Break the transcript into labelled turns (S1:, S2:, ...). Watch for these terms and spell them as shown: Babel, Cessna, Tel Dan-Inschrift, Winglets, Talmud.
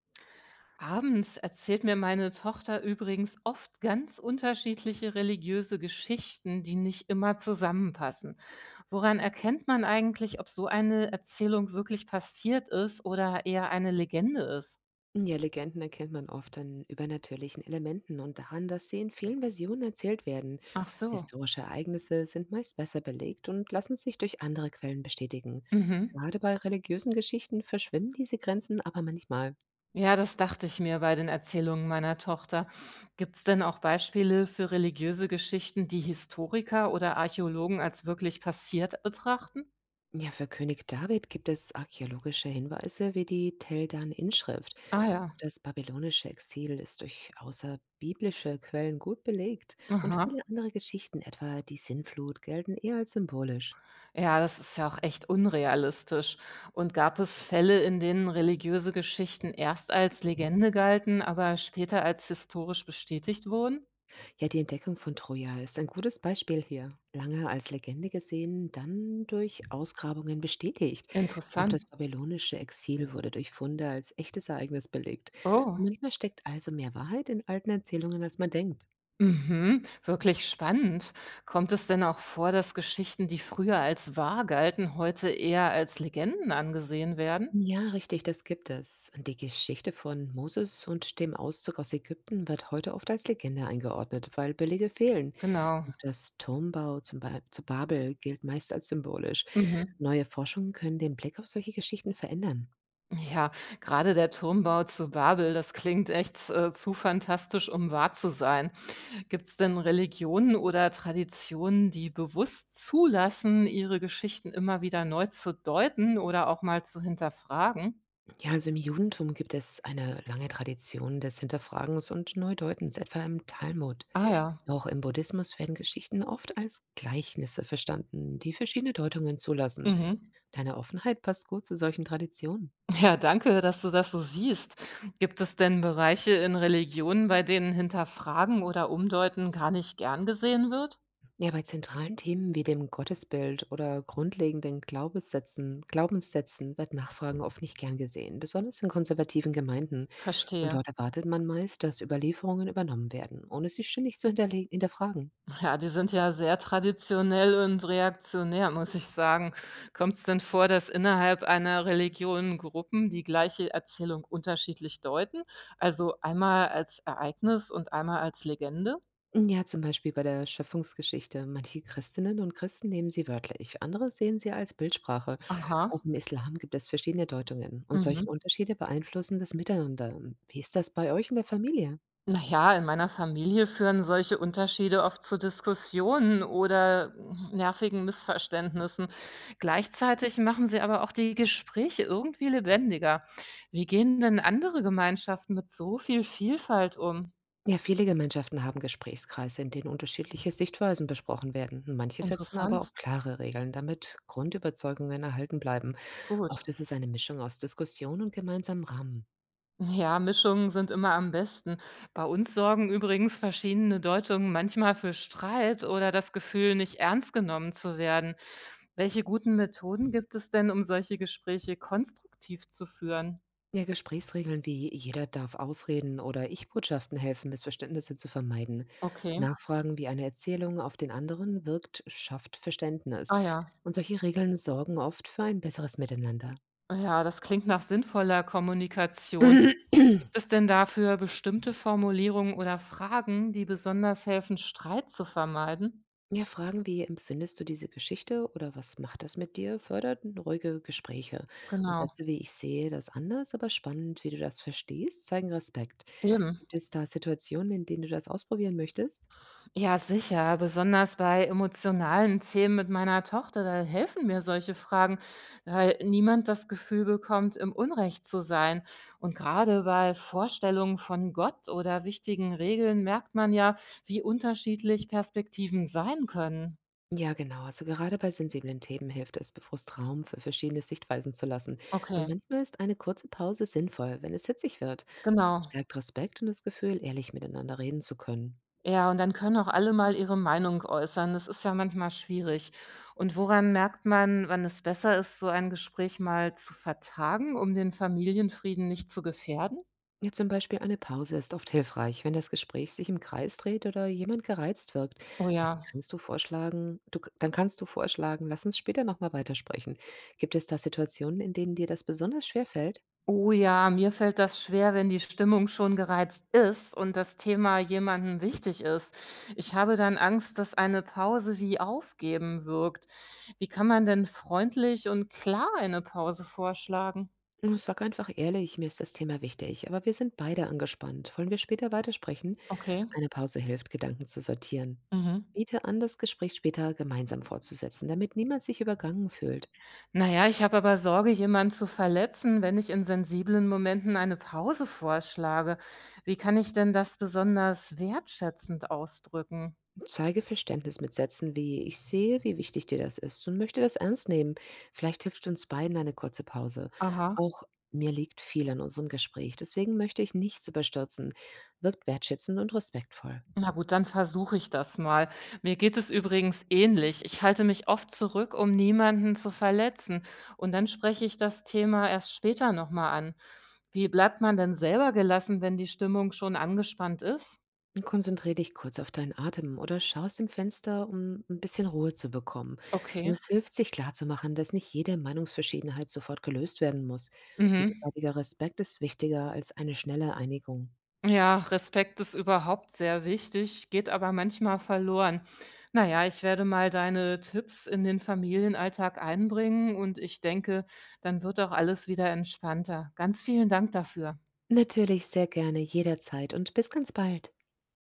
S1: Abends erzählt mir meine Tochter übrigens oft ganz unterschiedliche religiöse Geschichten, die nicht immer zusammenpassen. Woran erkennt man eigentlich, ob so eine Erzählung wirklich passiert ist oder eher eine Legende ist?
S2: Ja, Legenden erkennt man oft an übernatürlichen Elementen und daran, dass sie in vielen Versionen erzählt werden.
S1: Ach so.
S2: Historische Ereignisse sind meist besser belegt und lassen sich durch andere Quellen bestätigen.
S1: Mhm.
S2: Gerade bei religiösen Geschichten verschwimmen diese Grenzen aber manchmal.
S1: Ja, das dachte ich mir bei den Erzählungen meiner Tochter. Gibt es denn auch Beispiele für religiöse Geschichten, die Historiker oder Archäologen als wirklich passiert betrachten?
S2: Ja, für König David gibt es archäologische Hinweise wie die Tel Dan-Inschrift.
S1: Ah ja.
S2: Das babylonische Exil ist durch außerbiblische Quellen gut belegt, und
S1: Aha.
S2: viele andere Geschichten, etwa die Sinnflut, gelten eher als symbolisch.
S1: Ja, das ist ja auch echt unrealistisch. Und gab es Fälle, in denen religiöse Geschichten erst als Legende galten, aber später als historisch bestätigt wurden?
S2: Ja, die Entdeckung von Troja ist ein gutes Beispiel hier. Lange als Legende gesehen, dann durch Ausgrabungen bestätigt. Auch das
S1: Interessant.
S2: babylonische Exil wurde durch Funde als echtes Ereignis belegt. Und
S1: Oh.
S2: manchmal steckt also mehr Wahrheit in alten Erzählungen, als man denkt.
S1: Mhm, wirklich spannend. Kommt es denn auch vor, dass Geschichten, die früher als wahr galten, heute eher als Legenden angesehen werden?
S2: Ja, richtig, das gibt es. Und die Geschichte von Moses und dem Auszug aus Ägypten wird heute oft als Legende eingeordnet, weil Belege fehlen.
S1: Genau.
S2: Auch das Turmbau zu Babel gilt meist als symbolisch.
S1: Mhm.
S2: Neue Forschungen können den Blick auf solche Geschichten verändern.
S1: Ja, gerade der Turmbau zu Babel, das klingt echt zu fantastisch, um wahr zu sein. Gibt es denn Religionen oder Traditionen, die bewusst zulassen, ihre Geschichten immer wieder neu zu deuten oder auch mal zu hinterfragen?
S2: Ja, also im Judentum gibt es eine lange Tradition des Hinterfragens und Neudeutens, etwa im Talmud.
S1: Ah ja.
S2: Auch im Buddhismus werden Geschichten oft als Gleichnisse verstanden, die verschiedene Deutungen zulassen.
S1: Mhm.
S2: Deine Offenheit passt gut zu solchen Traditionen.
S1: Ja, danke, dass du das so siehst. Gibt es denn Bereiche in Religionen, bei denen Hinterfragen oder Umdeuten gar nicht gern gesehen wird?
S2: Ja, bei zentralen Themen wie dem Gottesbild oder grundlegenden Glaubenssätzen wird Nachfragen oft nicht gern gesehen, besonders in konservativen Gemeinden. Und
S1: Verstehe.
S2: dort erwartet man meist, dass Überlieferungen übernommen werden, ohne sie ständig zu hinterfragen.
S1: Ja, die sind ja sehr traditionell und reaktionär, muss ich sagen. Kommt es denn vor, dass innerhalb einer Religion Gruppen die gleiche Erzählung unterschiedlich deuten? Also einmal als Ereignis und einmal als Legende?
S2: Ja, zum Beispiel bei der Schöpfungsgeschichte. Manche Christinnen und Christen nehmen sie wörtlich, andere sehen sie als Bildsprache. Auch
S1: Aha.
S2: im Islam gibt es verschiedene Deutungen, und
S1: Mhm.
S2: solche Unterschiede beeinflussen das Miteinander. Wie ist das bei euch in der Familie?
S1: Naja, in meiner Familie führen solche Unterschiede oft zu Diskussionen oder nervigen Missverständnissen. Gleichzeitig machen sie aber auch die Gespräche irgendwie lebendiger. Wie gehen denn andere Gemeinschaften mit so viel Vielfalt um?
S2: Ja, viele Gemeinschaften haben Gesprächskreise, in denen unterschiedliche Sichtweisen besprochen werden. Manche setzen aber auch
S1: Interessant.
S2: klare Regeln, damit Grundüberzeugungen erhalten bleiben. Oft
S1: Gut.
S2: ist es eine Mischung aus Diskussion und gemeinsamem Rahmen.
S1: Ja, Mischungen sind immer am besten. Bei uns sorgen übrigens verschiedene Deutungen manchmal für Streit oder das Gefühl, nicht ernst genommen zu werden. Welche guten Methoden gibt es denn, um solche Gespräche konstruktiv zu führen?
S2: Ja, Gesprächsregeln wie „jeder darf ausreden" oder Ich-Botschaften helfen, Missverständnisse zu vermeiden.
S1: Okay.
S2: Nachfragen, wie eine Erzählung auf den anderen wirkt, schafft Verständnis.
S1: Ah ja.
S2: Und solche Regeln sorgen oft für ein besseres Miteinander.
S1: Ah ja, das klingt nach sinnvoller Kommunikation. Gibt es denn dafür bestimmte Formulierungen oder Fragen, die besonders helfen, Streit zu vermeiden?
S2: Ja, Fragen wie „empfindest du diese Geschichte" oder „was macht das mit dir" fördert ruhige Gespräche. Und
S1: Genau,
S2: Sätze wie „ich sehe das anders, aber spannend, wie du das verstehst" zeigen Respekt.
S1: eben.
S2: Gibt es da Situationen, in denen du das ausprobieren möchtest?
S1: Ja, sicher. Besonders bei emotionalen Themen mit meiner Tochter, da helfen mir solche Fragen, weil niemand das Gefühl bekommt, im Unrecht zu sein. Und gerade bei Vorstellungen von Gott oder wichtigen Regeln merkt man ja, wie unterschiedlich Perspektiven sein können.
S2: Ja, genau. Also gerade bei sensiblen Themen hilft es, bewusst Raum für verschiedene Sichtweisen zu lassen. Und
S1: Okay,
S2: manchmal ist eine kurze Pause sinnvoll, wenn es hitzig wird. Das
S1: genau.
S2: stärkt Respekt und das Gefühl, ehrlich miteinander reden zu können.
S1: Ja, und dann können auch alle mal ihre Meinung äußern. Das ist ja manchmal schwierig. Und woran merkt man, wann es besser ist, so ein Gespräch mal zu vertagen, um den Familienfrieden nicht zu gefährden?
S2: Ja, zum Beispiel eine Pause ist oft hilfreich, wenn das Gespräch sich im Kreis dreht oder jemand gereizt wirkt.
S1: Oh
S2: Das
S1: ja.
S2: kannst du vorschlagen, du, k- dann kannst du vorschlagen: „Lass uns später nochmal weitersprechen." Gibt es da Situationen, in denen dir das besonders schwer fällt?
S1: Oh ja, mir fällt das schwer, wenn die Stimmung schon gereizt ist und das Thema jemandem wichtig ist. Ich habe dann Angst, dass eine Pause wie aufgeben wirkt. Wie kann man denn freundlich und klar eine Pause vorschlagen?
S2: Nun, sag einfach ehrlich: „Mir ist das Thema wichtig, aber wir sind beide angespannt. Wollen wir später weitersprechen?"
S1: Okay.
S2: Eine Pause hilft, Gedanken zu sortieren.
S1: Mhm.
S2: Biete an, das Gespräch später gemeinsam fortzusetzen, damit niemand sich übergangen fühlt.
S1: Naja, ich habe aber Sorge, jemanden zu verletzen, wenn ich in sensiblen Momenten eine Pause vorschlage. Wie kann ich denn das besonders wertschätzend ausdrücken?
S2: Zeige Verständnis mit Sätzen wie „Ich sehe, wie wichtig dir das ist, und möchte das ernst nehmen. Vielleicht hilft uns beiden eine kurze Pause.
S1: Aha.
S2: Auch mir liegt viel an unserem Gespräch, deswegen möchte ich nichts überstürzen." Wirkt wertschätzend und respektvoll.
S1: Na gut, dann versuche ich das mal. Mir geht es übrigens ähnlich. Ich halte mich oft zurück, um niemanden zu verletzen. Und dann spreche ich das Thema erst später nochmal an. Wie bleibt man denn selber gelassen, wenn die Stimmung schon angespannt ist?
S2: Konzentriere dich kurz auf deinen Atem oder schau aus dem Fenster, um ein bisschen Ruhe zu bekommen. Und
S1: Okay.
S2: es hilft, sich klarzumachen, dass nicht jede Meinungsverschiedenheit sofort gelöst werden muss.
S1: Mhm.
S2: Gegenseitiger Respekt ist wichtiger als eine schnelle Einigung.
S1: Ja, Respekt ist überhaupt sehr wichtig, geht aber manchmal verloren. Naja, ich werde mal deine Tipps in den Familienalltag einbringen und ich denke, dann wird auch alles wieder entspannter. Ganz vielen Dank dafür.
S2: Natürlich, sehr gerne, jederzeit, und bis ganz bald.